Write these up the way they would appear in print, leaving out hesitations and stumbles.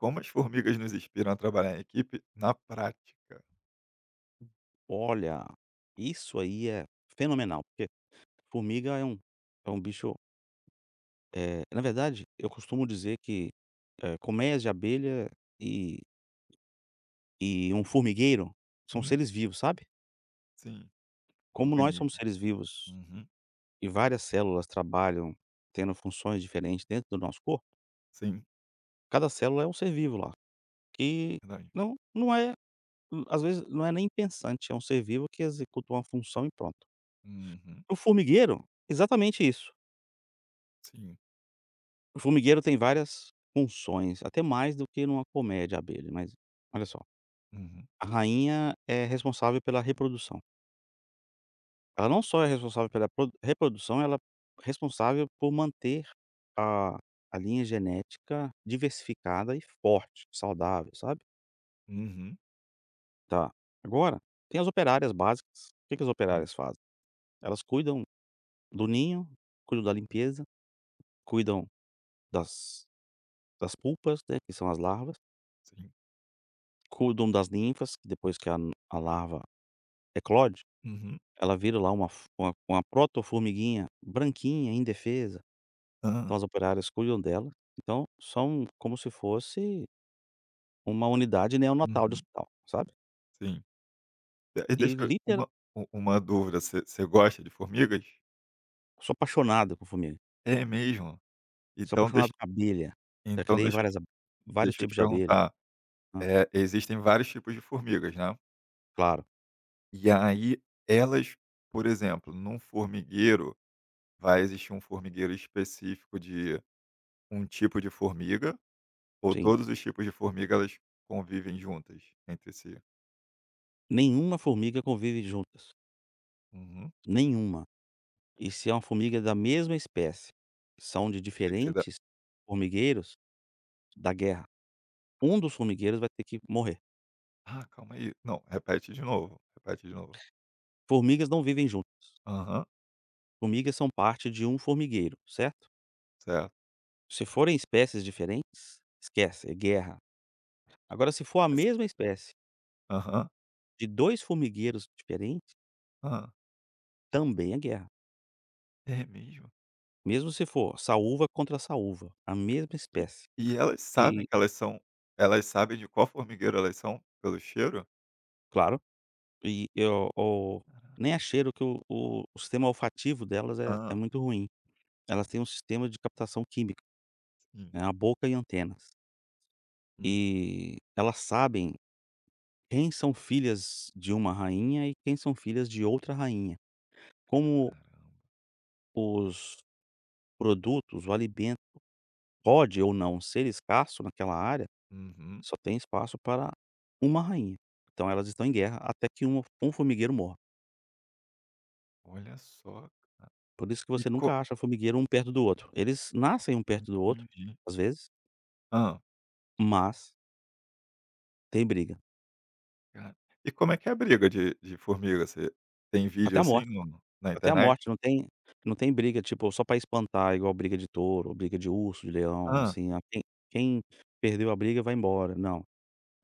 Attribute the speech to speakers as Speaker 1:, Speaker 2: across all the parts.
Speaker 1: Como as formigas nos inspiram a trabalhar em equipe? Na prática.
Speaker 2: Olha, isso aí é fenomenal, porque formiga é um bicho, na verdade, eu costumo dizer que, colmeias de abelha e um formigueiro são
Speaker 1: Hum,
Speaker 2: seres vivos, sabe.
Speaker 1: sim, um
Speaker 2: Como nós somos
Speaker 1: organismo.
Speaker 2: seres vivos
Speaker 1: Uhum,
Speaker 2: e várias células trabalham tendo funções diferentes dentro do nosso corpo,
Speaker 1: sim,
Speaker 2: cada célula é um ser vivo lá, que
Speaker 1: verdade.
Speaker 2: não é às vezes não é nem pensante, é um ser vivo que executa uma função e pronto.
Speaker 1: Uhum,
Speaker 2: O formigueiro, exatamente isso.
Speaker 1: sim.
Speaker 2: O formigueiro tem várias funções, até mais do que numa colmeia de abelha, mas olha só,
Speaker 1: Uhum,
Speaker 2: a rainha é responsável pela reprodução. Ela não só é responsável pela pro reprodução, ela é responsável por manter a a linha genética diversificada e forte, saudável, sabe.
Speaker 1: uhum,
Speaker 2: Tá. Agora, tem as operárias básicas. O que que as
Speaker 1: sim,
Speaker 2: operárias fazem? Elas cuidam do ninho, cuidam da limpeza, cuidam das das pulpas, né, que são as larvas,
Speaker 1: sim.
Speaker 2: cuidam das ninfas, que depois que a larva eclode,
Speaker 1: Uhum,
Speaker 2: ela vira lá uma f uma proto-formiguinha branquinha, indefesa,
Speaker 1: hã,
Speaker 2: então as operárias cuidam dela, então são como se fosse uma unidade neonatal de
Speaker 1: uhum,
Speaker 2: hospital, sabe.
Speaker 1: sim. E deixa
Speaker 2: E
Speaker 1: eu
Speaker 2: literal,
Speaker 1: uma dúvida, você gosta de formigas?
Speaker 2: sou apaixonado por formiga,
Speaker 1: É mesmo?
Speaker 2: sou
Speaker 1: Então deixa
Speaker 2: apaixonado com abelha, já
Speaker 1: então
Speaker 2: criei
Speaker 1: deixa eu te
Speaker 2: várias ab vários
Speaker 1: deixa eu te
Speaker 2: tipos de abelha,
Speaker 1: perguntar,
Speaker 2: hã,
Speaker 1: existem vários tipos de formigas, né.
Speaker 2: claro,
Speaker 1: E aí elas, por exemplo, num formigueiro vai existir um formigueiro específico de um tipo de formiga, ou
Speaker 2: sim.
Speaker 1: todos os tipos de formiga elas convivem juntas entre si?
Speaker 2: Nenhuma formiga convive juntas,
Speaker 1: Uhum.
Speaker 2: nenhuma. E se é uma formiga da mesma espécie, são de
Speaker 1: Tem que ser da
Speaker 2: diferentes formigueiros, da guerra. Um dos formigueiros vai ter que morrer.
Speaker 1: ah, calma aí. Não, repete de novo, repete de novo.
Speaker 2: Formigas não vivem juntas.
Speaker 1: Aham,
Speaker 2: Formigas são parte de um formigueiro, certo?
Speaker 1: certo.
Speaker 2: Se forem espécies diferentes, esquece, é guerra. Agora, se for a
Speaker 1: Assim,
Speaker 2: mesma espécie
Speaker 1: aham,
Speaker 2: de 2 formigueiros diferentes,
Speaker 1: hã,
Speaker 2: também é guerra.
Speaker 1: é mesmo?
Speaker 2: Mesmo se for saúva contra saúva, a mesma
Speaker 1: E
Speaker 2: espécie.
Speaker 1: e elas sabem
Speaker 2: E,
Speaker 1: que elas são elas sabem de qual formigueiro elas são pelo cheiro?
Speaker 2: claro, e eu o nem é cheiro que o sistema olfativo delas é
Speaker 1: Hã,
Speaker 2: muito ruim. Elas têm um sistema de captação química,
Speaker 1: sim.
Speaker 2: né, a boca e antenas.
Speaker 1: Hum,
Speaker 2: E elas sabem quem são filhas de uma rainha e quem são filhas de outra rainha. Como
Speaker 1: cara.
Speaker 2: os produtos, o alimento pode ou não ser escasso naquela área,
Speaker 1: Uhum.
Speaker 2: só tem espaço para uma rainha. Então elas estão em guerra até que uma um formigueiro morra.
Speaker 1: Olha só, cara.
Speaker 2: Por isso que
Speaker 1: E
Speaker 2: você
Speaker 1: co
Speaker 2: nunca acha formigueiro um perto do outro. Eles nascem um perto do outro,
Speaker 1: entendi.
Speaker 2: às vezes,
Speaker 1: Hã.
Speaker 2: mas tem briga.
Speaker 1: Cara, e como é que é a briga de formiga? Você tem vídeo
Speaker 2: Até a
Speaker 1: assim
Speaker 2: morte.
Speaker 1: no na
Speaker 2: Até a
Speaker 1: internet?
Speaker 2: morte, não tem briga, tipo, só pra espantar, igual briga de touro, briga de urso, de leão,
Speaker 1: Hã.
Speaker 2: assim, ah, quem perdeu a briga vai embora, não,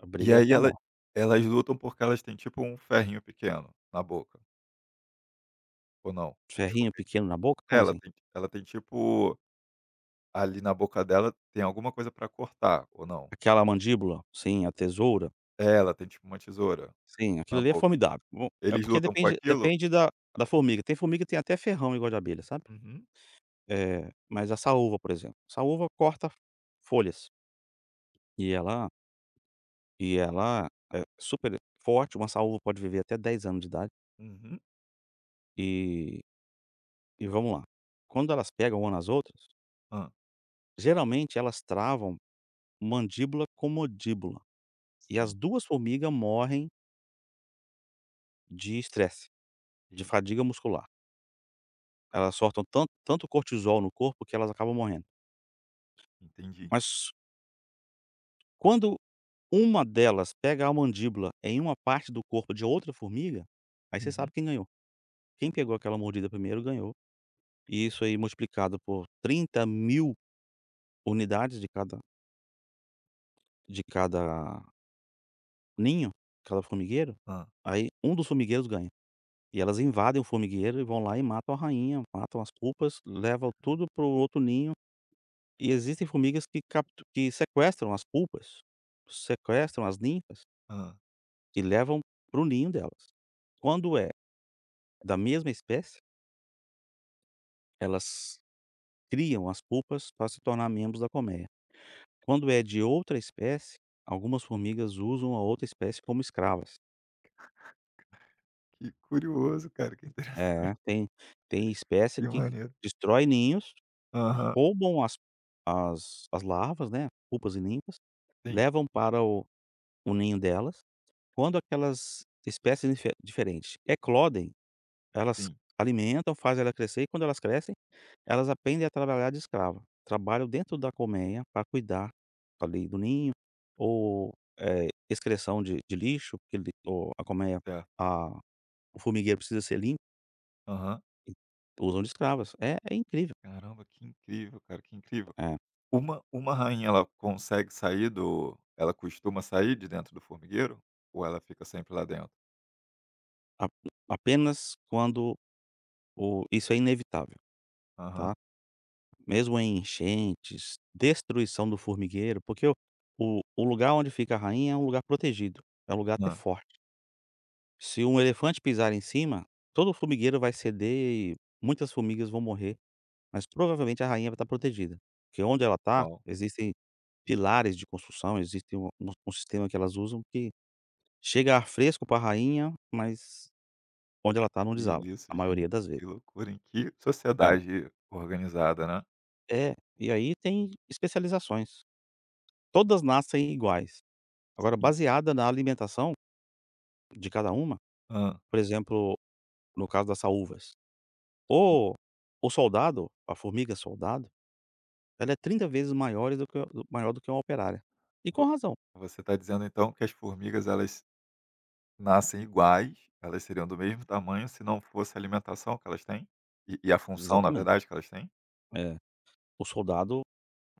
Speaker 2: a
Speaker 1: E
Speaker 2: briga é
Speaker 1: aí
Speaker 2: até a
Speaker 1: ela
Speaker 2: morte.
Speaker 1: elas lutam porque elas têm tipo um ferrinho pequeno na boca, ou não? As
Speaker 2: Ferrinho
Speaker 1: formigas
Speaker 2: pequeno na boca? Como
Speaker 1: ela
Speaker 2: assim?
Speaker 1: tem ela tem tipo ali na boca dela tem alguma coisa para cortar, ou não?
Speaker 2: Aquela mandíbula, sim, a tesoura,
Speaker 1: É, ela tem tipo uma tesoura
Speaker 2: sim,
Speaker 1: na
Speaker 2: aquilo ali é
Speaker 1: boca.
Speaker 2: formidável. Bom, é
Speaker 1: Eles
Speaker 2: porque
Speaker 1: lutam com aquilo?
Speaker 2: depende da formiga, tem formiga que tem até ferrão igual de abelha, sabe.
Speaker 1: Uhum,
Speaker 2: Mas a saúva, por exemplo, saúva corta folhas, e ela e ela é super forte, uma saúva pode viver até 10 anos de idade,
Speaker 1: uhum.
Speaker 2: e E vamos lá. Quando elas pegam uma nas outras,
Speaker 1: Hã,
Speaker 2: geralmente elas travam mandíbula com mandíbula. E as
Speaker 1: sim.
Speaker 2: duas formigas morrem de estresse, de
Speaker 1: E
Speaker 2: fadiga muscular. Elas soltam tanto, tanto cortisol no corpo que elas acabam morrendo.
Speaker 1: entendi.
Speaker 2: Mas quando uma delas pega a mandíbula em uma parte do corpo de outra formiga, aí você
Speaker 1: Uhum.
Speaker 2: sabe quem ganhou. Quem pegou aquela mordida primeiro ganhou. E isso aí multiplicado por 30.000 unidades de cada ninho, aquela formigueiro,
Speaker 1: Hã,
Speaker 2: aí um dos formigueiros ganha. E elas invadem o formigueiro e vão lá e matam a rainha, matam as pupas, levam tudo pro outro ninho. E existem formigas que captu que sequestram as pupas, sequestram as ninfas
Speaker 1: hã.
Speaker 2: e levam pro ninho delas. Quando é da mesma espécie, elas criam as pupas para se tornar membros da colmeia. Quando é de outra espécie, algumas formigas usam a outra espécie como escravas.
Speaker 1: Que curioso, cara, que interessante,
Speaker 2: É, tem espécie
Speaker 1: que
Speaker 2: que
Speaker 1: maneiro.
Speaker 2: destrói ninhos,
Speaker 1: Aham.
Speaker 2: roubam as larvas, né, pupas e ninfas,
Speaker 1: Sim,
Speaker 2: levam para o ninho delas. Quando aquelas espécies diferentes eclodem, elas
Speaker 1: sim.
Speaker 2: alimentam, fazem ela crescer e quando elas crescem, elas aprendem a trabalhar de escrava. Trabalham dentro da colmeia para cuidar ali do ninho ou, excreção de lixo, porque ele ou a colmeia
Speaker 1: Certo.
Speaker 2: a o formigueiro precisa ser limpo.
Speaker 1: Aham.
Speaker 2: E usam de escravas. É incrível.
Speaker 1: Caramba, que incrível, cara, que incrível.
Speaker 2: É.
Speaker 1: Uma rainha, ela consegue sair do ela costuma sair de dentro do formigueiro? Ou ela fica sempre lá dentro?
Speaker 2: A Apenas quando o isso é inevitável,
Speaker 1: Aham.
Speaker 2: tá. Mesmo em enchentes, destruição do formigueiro, porque o lugar onde fica a rainha é um lugar protegido, é um lugar até
Speaker 1: Ah.
Speaker 2: forte. Se um elefante pisar em cima, todo o formigueiro vai ceder e muitas formigas vão morrer, mas provavelmente a rainha vai estar protegida, porque onde ela está,
Speaker 1: Uau.
Speaker 2: existem pilares de construção, existe um sistema que elas usam que chega ar fresco para a rainha, mas onde ela tá não
Speaker 1: Que
Speaker 2: desaba,
Speaker 1: isso,
Speaker 2: a
Speaker 1: gente,
Speaker 2: maioria das vezes.
Speaker 1: que loucura, em que
Speaker 2: É.
Speaker 1: sociedade organizada, né.
Speaker 2: É, e aí tem especializações. Todas nascem iguais. Agora
Speaker 1: Sim.
Speaker 2: baseada na alimentação de cada uma,
Speaker 1: Ah.
Speaker 2: por exemplo, no caso das saúvas. O o soldado, a formiga soldado, ela é 30 vezes maior do que uma operária. E com
Speaker 1: Vo
Speaker 2: razão.
Speaker 1: você está dizendo, então, que as formigas, elas nascem iguais, elas seriam do mesmo tamanho se não fosse a alimentação que elas têm? E a função, na
Speaker 2: Exatamente.
Speaker 1: verdade, que elas têm?
Speaker 2: É. O soldado,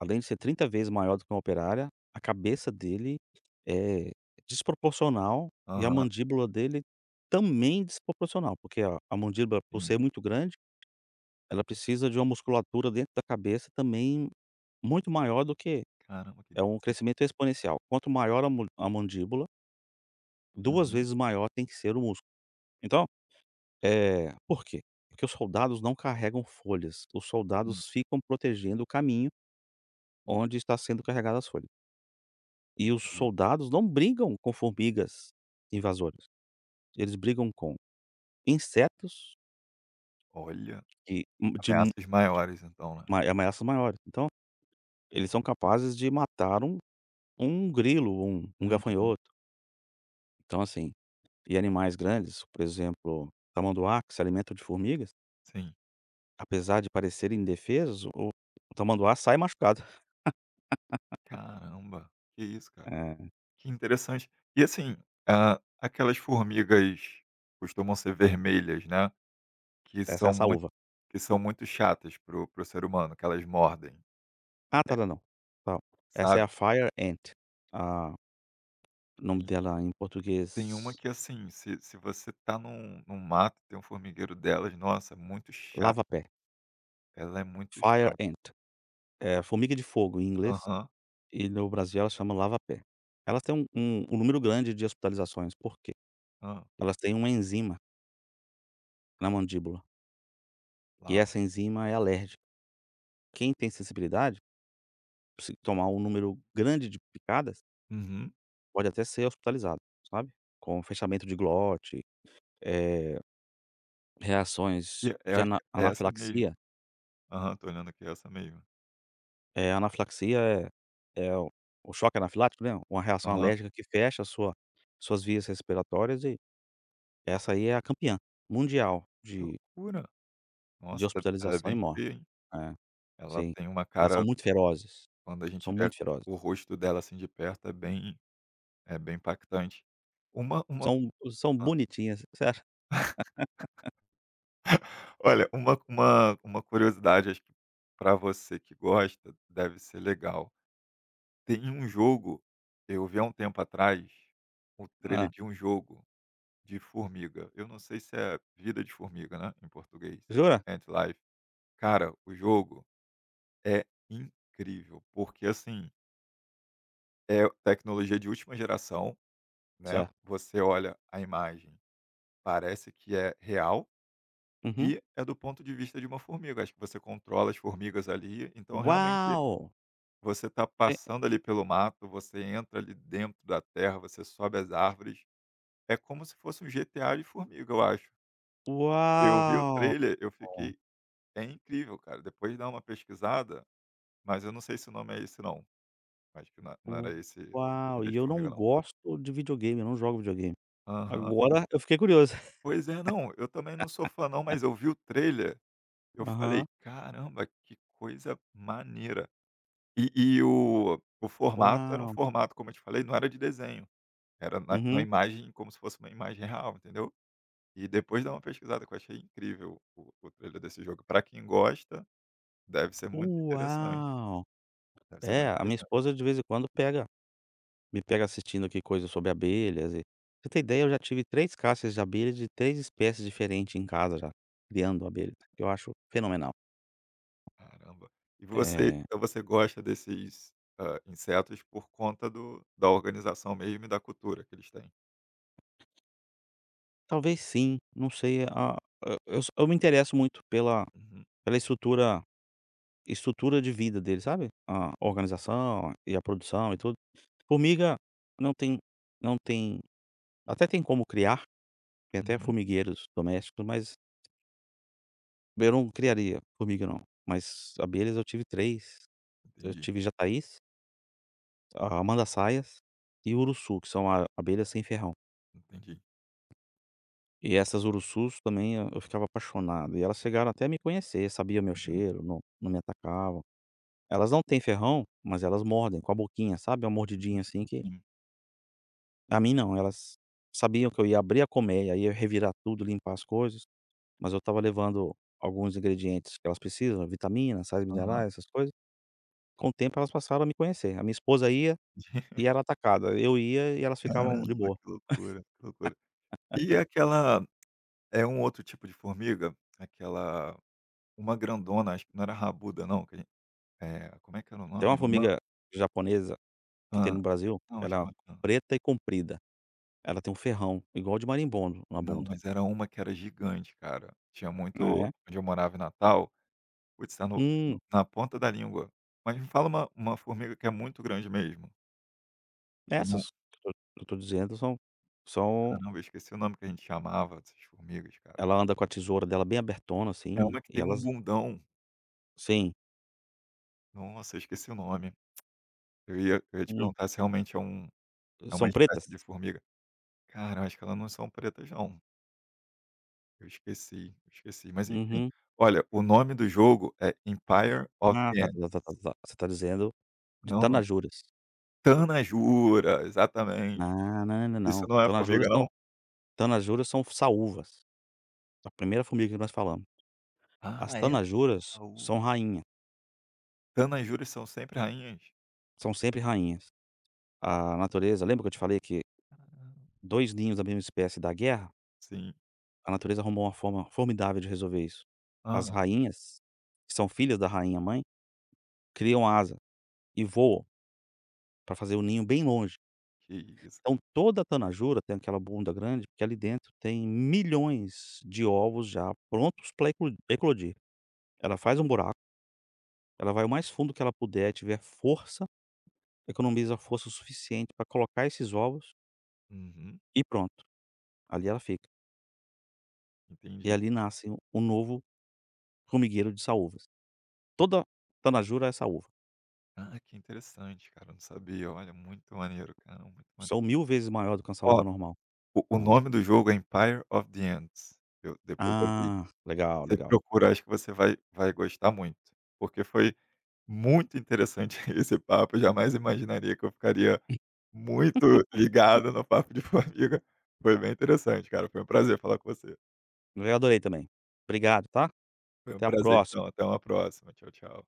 Speaker 2: além de ser 30 vezes maior do que uma operária, a cabeça dele é desproporcional e a
Speaker 1: Aham.
Speaker 2: mandíbula dele também desproporcional, porque a mandíbula, por
Speaker 1: Sim.
Speaker 2: ser muito grande, ela precisa de uma musculatura dentro da cabeça também muito maior do que
Speaker 1: Caramba, que
Speaker 2: é um
Speaker 1: interessante.
Speaker 2: crescimento exponencial. Quanto maior a mandíbula, duas
Speaker 1: Uhum.
Speaker 2: vezes maior tem que ser o músculo. Então, por quê? Porque os soldados não carregam folhas, os
Speaker 1: Hum.
Speaker 2: soldados ficam protegendo o caminho onde está sendo carregada as folhas. E os
Speaker 1: Entendi.
Speaker 2: soldados não brigam com formigas invasoras, eles brigam com insetos
Speaker 1: Olha,
Speaker 2: que de m-
Speaker 1: ameaças maiores então, né.
Speaker 2: ma ameaças maiores. Então, eles são capazes de matar um grilo, um
Speaker 1: Uhum,
Speaker 2: gafanhoto. Então, assim, e animais grandes, por exemplo, tamanduá, que se alimentam de formigas,
Speaker 1: sim.
Speaker 2: apesar de parecerem indefesos, o tamanduá sai machucado.
Speaker 1: Caramba, que isso, cara.
Speaker 2: Eh,
Speaker 1: Que interessante. E assim, ah, aquelas formigas costumam ser vermelhas, né, que
Speaker 2: Essa é
Speaker 1: são
Speaker 2: a
Speaker 1: muito
Speaker 2: saúva.
Speaker 1: que são muito chatas pro ser humano, que elas mordem,
Speaker 2: Ah, tá,
Speaker 1: eh,
Speaker 2: não, não. Tal. Essa é
Speaker 1: sabe.
Speaker 2: a fire ant. Ah, o nome
Speaker 1: Tem
Speaker 2: dela em
Speaker 1: tem uma
Speaker 2: português,
Speaker 1: que assim, se você tá num mato, tem um formigueiro delas, nossa, é muito chato,
Speaker 2: lava-pé,
Speaker 1: ela é muito
Speaker 2: fire
Speaker 1: chata.
Speaker 2: ant. É, formiga de fogo em inglês
Speaker 1: Aham,
Speaker 2: e no Brasil ela chama lava-pé. Elas têm um número grande de hospitalizações, por quê?
Speaker 1: hã,
Speaker 2: Elas têm uma enzima na mandíbula, e
Speaker 1: lá.
Speaker 2: essa enzima é alérgica. Quem tem sensibilidade, se tomar um número grande de picadas,
Speaker 1: Uhum.
Speaker 2: pode até ser hospitalizado, sabe. Com fechamento de glote, eh,
Speaker 1: E
Speaker 2: reações
Speaker 1: eu
Speaker 2: de
Speaker 1: acho que é essa mesmo.
Speaker 2: anafilaxia.
Speaker 1: Aham, tô olhando aqui, é essa mesmo.
Speaker 2: Anafilaxia é o choque anafilático, né, uma reação
Speaker 1: Aham.
Speaker 2: alérgica que fecha a suas vias respiratórias e essa aí é a campeã mundial
Speaker 1: Que loucura!
Speaker 2: de
Speaker 1: Nossa, ela é
Speaker 2: hospitalização e
Speaker 1: bem
Speaker 2: morte.
Speaker 1: feia, hein.
Speaker 2: É,
Speaker 1: Ela
Speaker 2: sim.
Speaker 1: tem uma
Speaker 2: Elas são
Speaker 1: cara
Speaker 2: muito ferozes,
Speaker 1: quando a gente
Speaker 2: são
Speaker 1: vê
Speaker 2: muito ferozes.
Speaker 1: o rosto dela, assim, de perto, é bem impactante. Uma
Speaker 2: São
Speaker 1: hã.
Speaker 2: bonitinhas, sério.
Speaker 1: Olha, uma curiosidade, acho que para você que gosta, deve ser legal. Tem um jogo, eu vi há um tempo atrás, o trailer
Speaker 2: Hã.
Speaker 1: de um jogo de formiga. Eu não sei se é Vida de Formiga, né, em português,
Speaker 2: Jura?
Speaker 1: Ant Life. Cara, o jogo é incrível, porque assim, é tecnologia de última geração, né,
Speaker 2: Certo.
Speaker 1: você olha a imagem, parece que é real
Speaker 2: Uhum.
Speaker 1: e é do ponto de vista de uma formiga, acho que você controla as formigas ali, então realmente
Speaker 2: Uau!
Speaker 1: você está
Speaker 2: É
Speaker 1: passando ali pelo mato, você entra ali dentro da terra, você sobe as árvores, é como se fosse um GTA de formiga, eu acho. Eu vi o
Speaker 2: uau!
Speaker 1: trailer, eu fiquei é incrível, cara, depois dá uma pesquisada, mas eu não sei se o nome é esse não, acho que não era
Speaker 2: U-
Speaker 1: esse
Speaker 2: Uau!
Speaker 1: Vida
Speaker 2: E
Speaker 1: de
Speaker 2: eu não
Speaker 1: Formiga não.
Speaker 2: gosto de videogame, eu não jogo videogame.
Speaker 1: Aham.
Speaker 2: Agora eu fiquei curioso.
Speaker 1: Pois é, não, eu também não sou fã não, mas eu vi o trailer, eu falei:
Speaker 2: Aham.
Speaker 1: "Caramba, que coisa maneira". E o formato era um
Speaker 2: Uau!
Speaker 1: formato, como eu te falei, não era de desenho, era na
Speaker 2: Uhum.
Speaker 1: imagem como se fosse uma imagem real, entendeu. E depois dá uma pesquisada que eu achei incrível o trailer desse jogo. Pra quem gosta, deve ser muito interessante,
Speaker 2: Uau!
Speaker 1: deve ser
Speaker 2: É,
Speaker 1: muito
Speaker 2: a minha
Speaker 1: interessante.
Speaker 2: esposa de vez em quando pega me pega assistindo aqui coisas sobre abelhas e pra você ter ideia, eu já tive 3 caixas de abelhas de 3 espécies diferentes em casa já, criando abelhas, que eu acho fenomenal.
Speaker 1: Caramba. E você
Speaker 2: Eh,
Speaker 1: então você gosta desses, insetos por conta do da organização mesmo e da cultura que eles têm?
Speaker 2: Talvez sim, não sei, a eu s eu me interesso muito pela
Speaker 1: Uhum.
Speaker 2: pela estrutura estrutura de vida deles, sabe? A organização e a produção e tudo. Formiga não tem não tem até tem como criar, tem até
Speaker 1: Uhum.
Speaker 2: formigueiros domésticos, mas eu não criaria formiga não. Mas abelhas eu tive 3 eu
Speaker 1: Entendi,
Speaker 2: tive jataí, a Manda-saias e Uruçu, que são a abelhas sem ferrão.
Speaker 1: entendi.
Speaker 2: E essas Uruçus também eu ficava apaixonado, e elas chegaram até a me conhecer, sabia meu
Speaker 1: Uhum,
Speaker 2: cheiro, não não me atacavam. Elas não têm ferrão, mas elas mordem com a boquinha, sabe, é uma mordidinha assim
Speaker 1: uhum,
Speaker 2: que
Speaker 1: sim.
Speaker 2: a mim não, elas sabiam que eu ia abrir a colmeia, ia revirar tudo, limpar as coisas, mas eu estava levando alguns ingredientes que elas precisam, vitaminas, sais
Speaker 1: Aham.
Speaker 2: minerais, essas coisas. Com o tempo elas passaram a me conhecer. A minha esposa ia e era atacada, eu ia e elas
Speaker 1: Caramba,
Speaker 2: ficavam de boa.
Speaker 1: que loucura, que loucura. E aquela é um outro tipo de formiga? Aquela uma grandona, acho que não era rabuda não, que a gen como é que era o
Speaker 2: Tem
Speaker 1: nome?
Speaker 2: uma
Speaker 1: Mã
Speaker 2: formiga japonesa que tem
Speaker 1: hã.
Speaker 2: no Brasil,
Speaker 1: Não, acho que
Speaker 2: ela é
Speaker 1: era mã.
Speaker 2: preta e comprida, ela tem um ferrão igual de marimbondo na
Speaker 1: Não,
Speaker 2: bunda,
Speaker 1: mas era uma que era gigante, cara. Tinha muito
Speaker 2: né.
Speaker 1: onde eu morava em Natal, putz, tá no
Speaker 2: Hum,
Speaker 1: na ponta da língua. Mas me fala uma formiga que é muito grande mesmo, que não
Speaker 2: essas que eu tô dizendo são são
Speaker 1: caramba, eu esqueci o nome que a gente chamava dessas formigas, cara.
Speaker 2: ela anda com a tesoura dela bem abertona,
Speaker 1: É
Speaker 2: assim,
Speaker 1: uma que
Speaker 2: e
Speaker 1: tem um
Speaker 2: elas
Speaker 1: bundão.
Speaker 2: sim,
Speaker 1: Nossa, eu esqueci o nome. Eu ia te
Speaker 2: hum,
Speaker 1: perguntar se realmente é um é uma
Speaker 2: são pretas?
Speaker 1: espécie de formiga. Cara, eu acho que elas não são pretas não. Eu esqueci, mas enfim.
Speaker 2: Uhum.
Speaker 1: Olha, o nome do jogo é Empire of
Speaker 2: Ah,
Speaker 1: the
Speaker 2: tá, tá,
Speaker 1: Ants.
Speaker 2: tá, tá, tá. Você tá dizendo de
Speaker 1: Não, não.
Speaker 2: tanajuras.
Speaker 1: Tanajura, exatamente.
Speaker 2: Ah, não, não, não. Não.
Speaker 1: Isso não é formiga não?
Speaker 2: Tanajuras são saúvas, a primeira formiga que nós falamos.
Speaker 1: Ah,
Speaker 2: As
Speaker 1: essas
Speaker 2: tanajuras
Speaker 1: são saúva.
Speaker 2: são rainha,
Speaker 1: Tanajuras são sempre rainhas?
Speaker 2: são sempre rainhas. A natureza lembra que eu te falei que
Speaker 1: Ah,
Speaker 2: 2 ninhos da mesma espécie da guerra?
Speaker 1: sim.
Speaker 2: A natureza arrumou uma forma formidável de resolver isso. As
Speaker 1: Ah,
Speaker 2: rainhas, que são filhas da rainha mãe, criam asa e voam para fazer o ninho bem longe.
Speaker 1: que isso, cara.
Speaker 2: Então toda a tanajura tem aquela bunda grande, porque ali dentro tem milhões de ovos já prontos para eclodir. Ela faz um buraco, ela vai o mais fundo que ela puder, tiver força, economiza força o suficiente para colocar esses ovos
Speaker 1: Uhum,
Speaker 2: e pronto, ali ela fica. E
Speaker 1: entendi.
Speaker 2: ali nasce um novo formigueiro de saúvas. Toda tanajura é saúva.
Speaker 1: Ah, que interessante, cara, eu não sabia. Olha, muito maneiro, cara, muito
Speaker 2: São 1.000 vezes maior do que uma
Speaker 1: ó,
Speaker 2: saúva normal.
Speaker 1: o
Speaker 2: É.
Speaker 1: nome do jogo é Empire of the Ants. Eu depois eu vi.
Speaker 2: Ah, legal,
Speaker 1: Você
Speaker 2: legal.
Speaker 1: procura, acho que você vai gostar muito, porque foi muito interessante esse papo, eu jamais imaginaria que eu ficaria muito ligado no papo de formiga. Foi bem interessante, cara, foi um prazer falar com você.
Speaker 2: Eu adorei também. Obrigado, tá?
Speaker 1: Foi um
Speaker 2: Até a
Speaker 1: prazer então,
Speaker 2: próxima.
Speaker 1: até uma próxima. Tchau, tchau.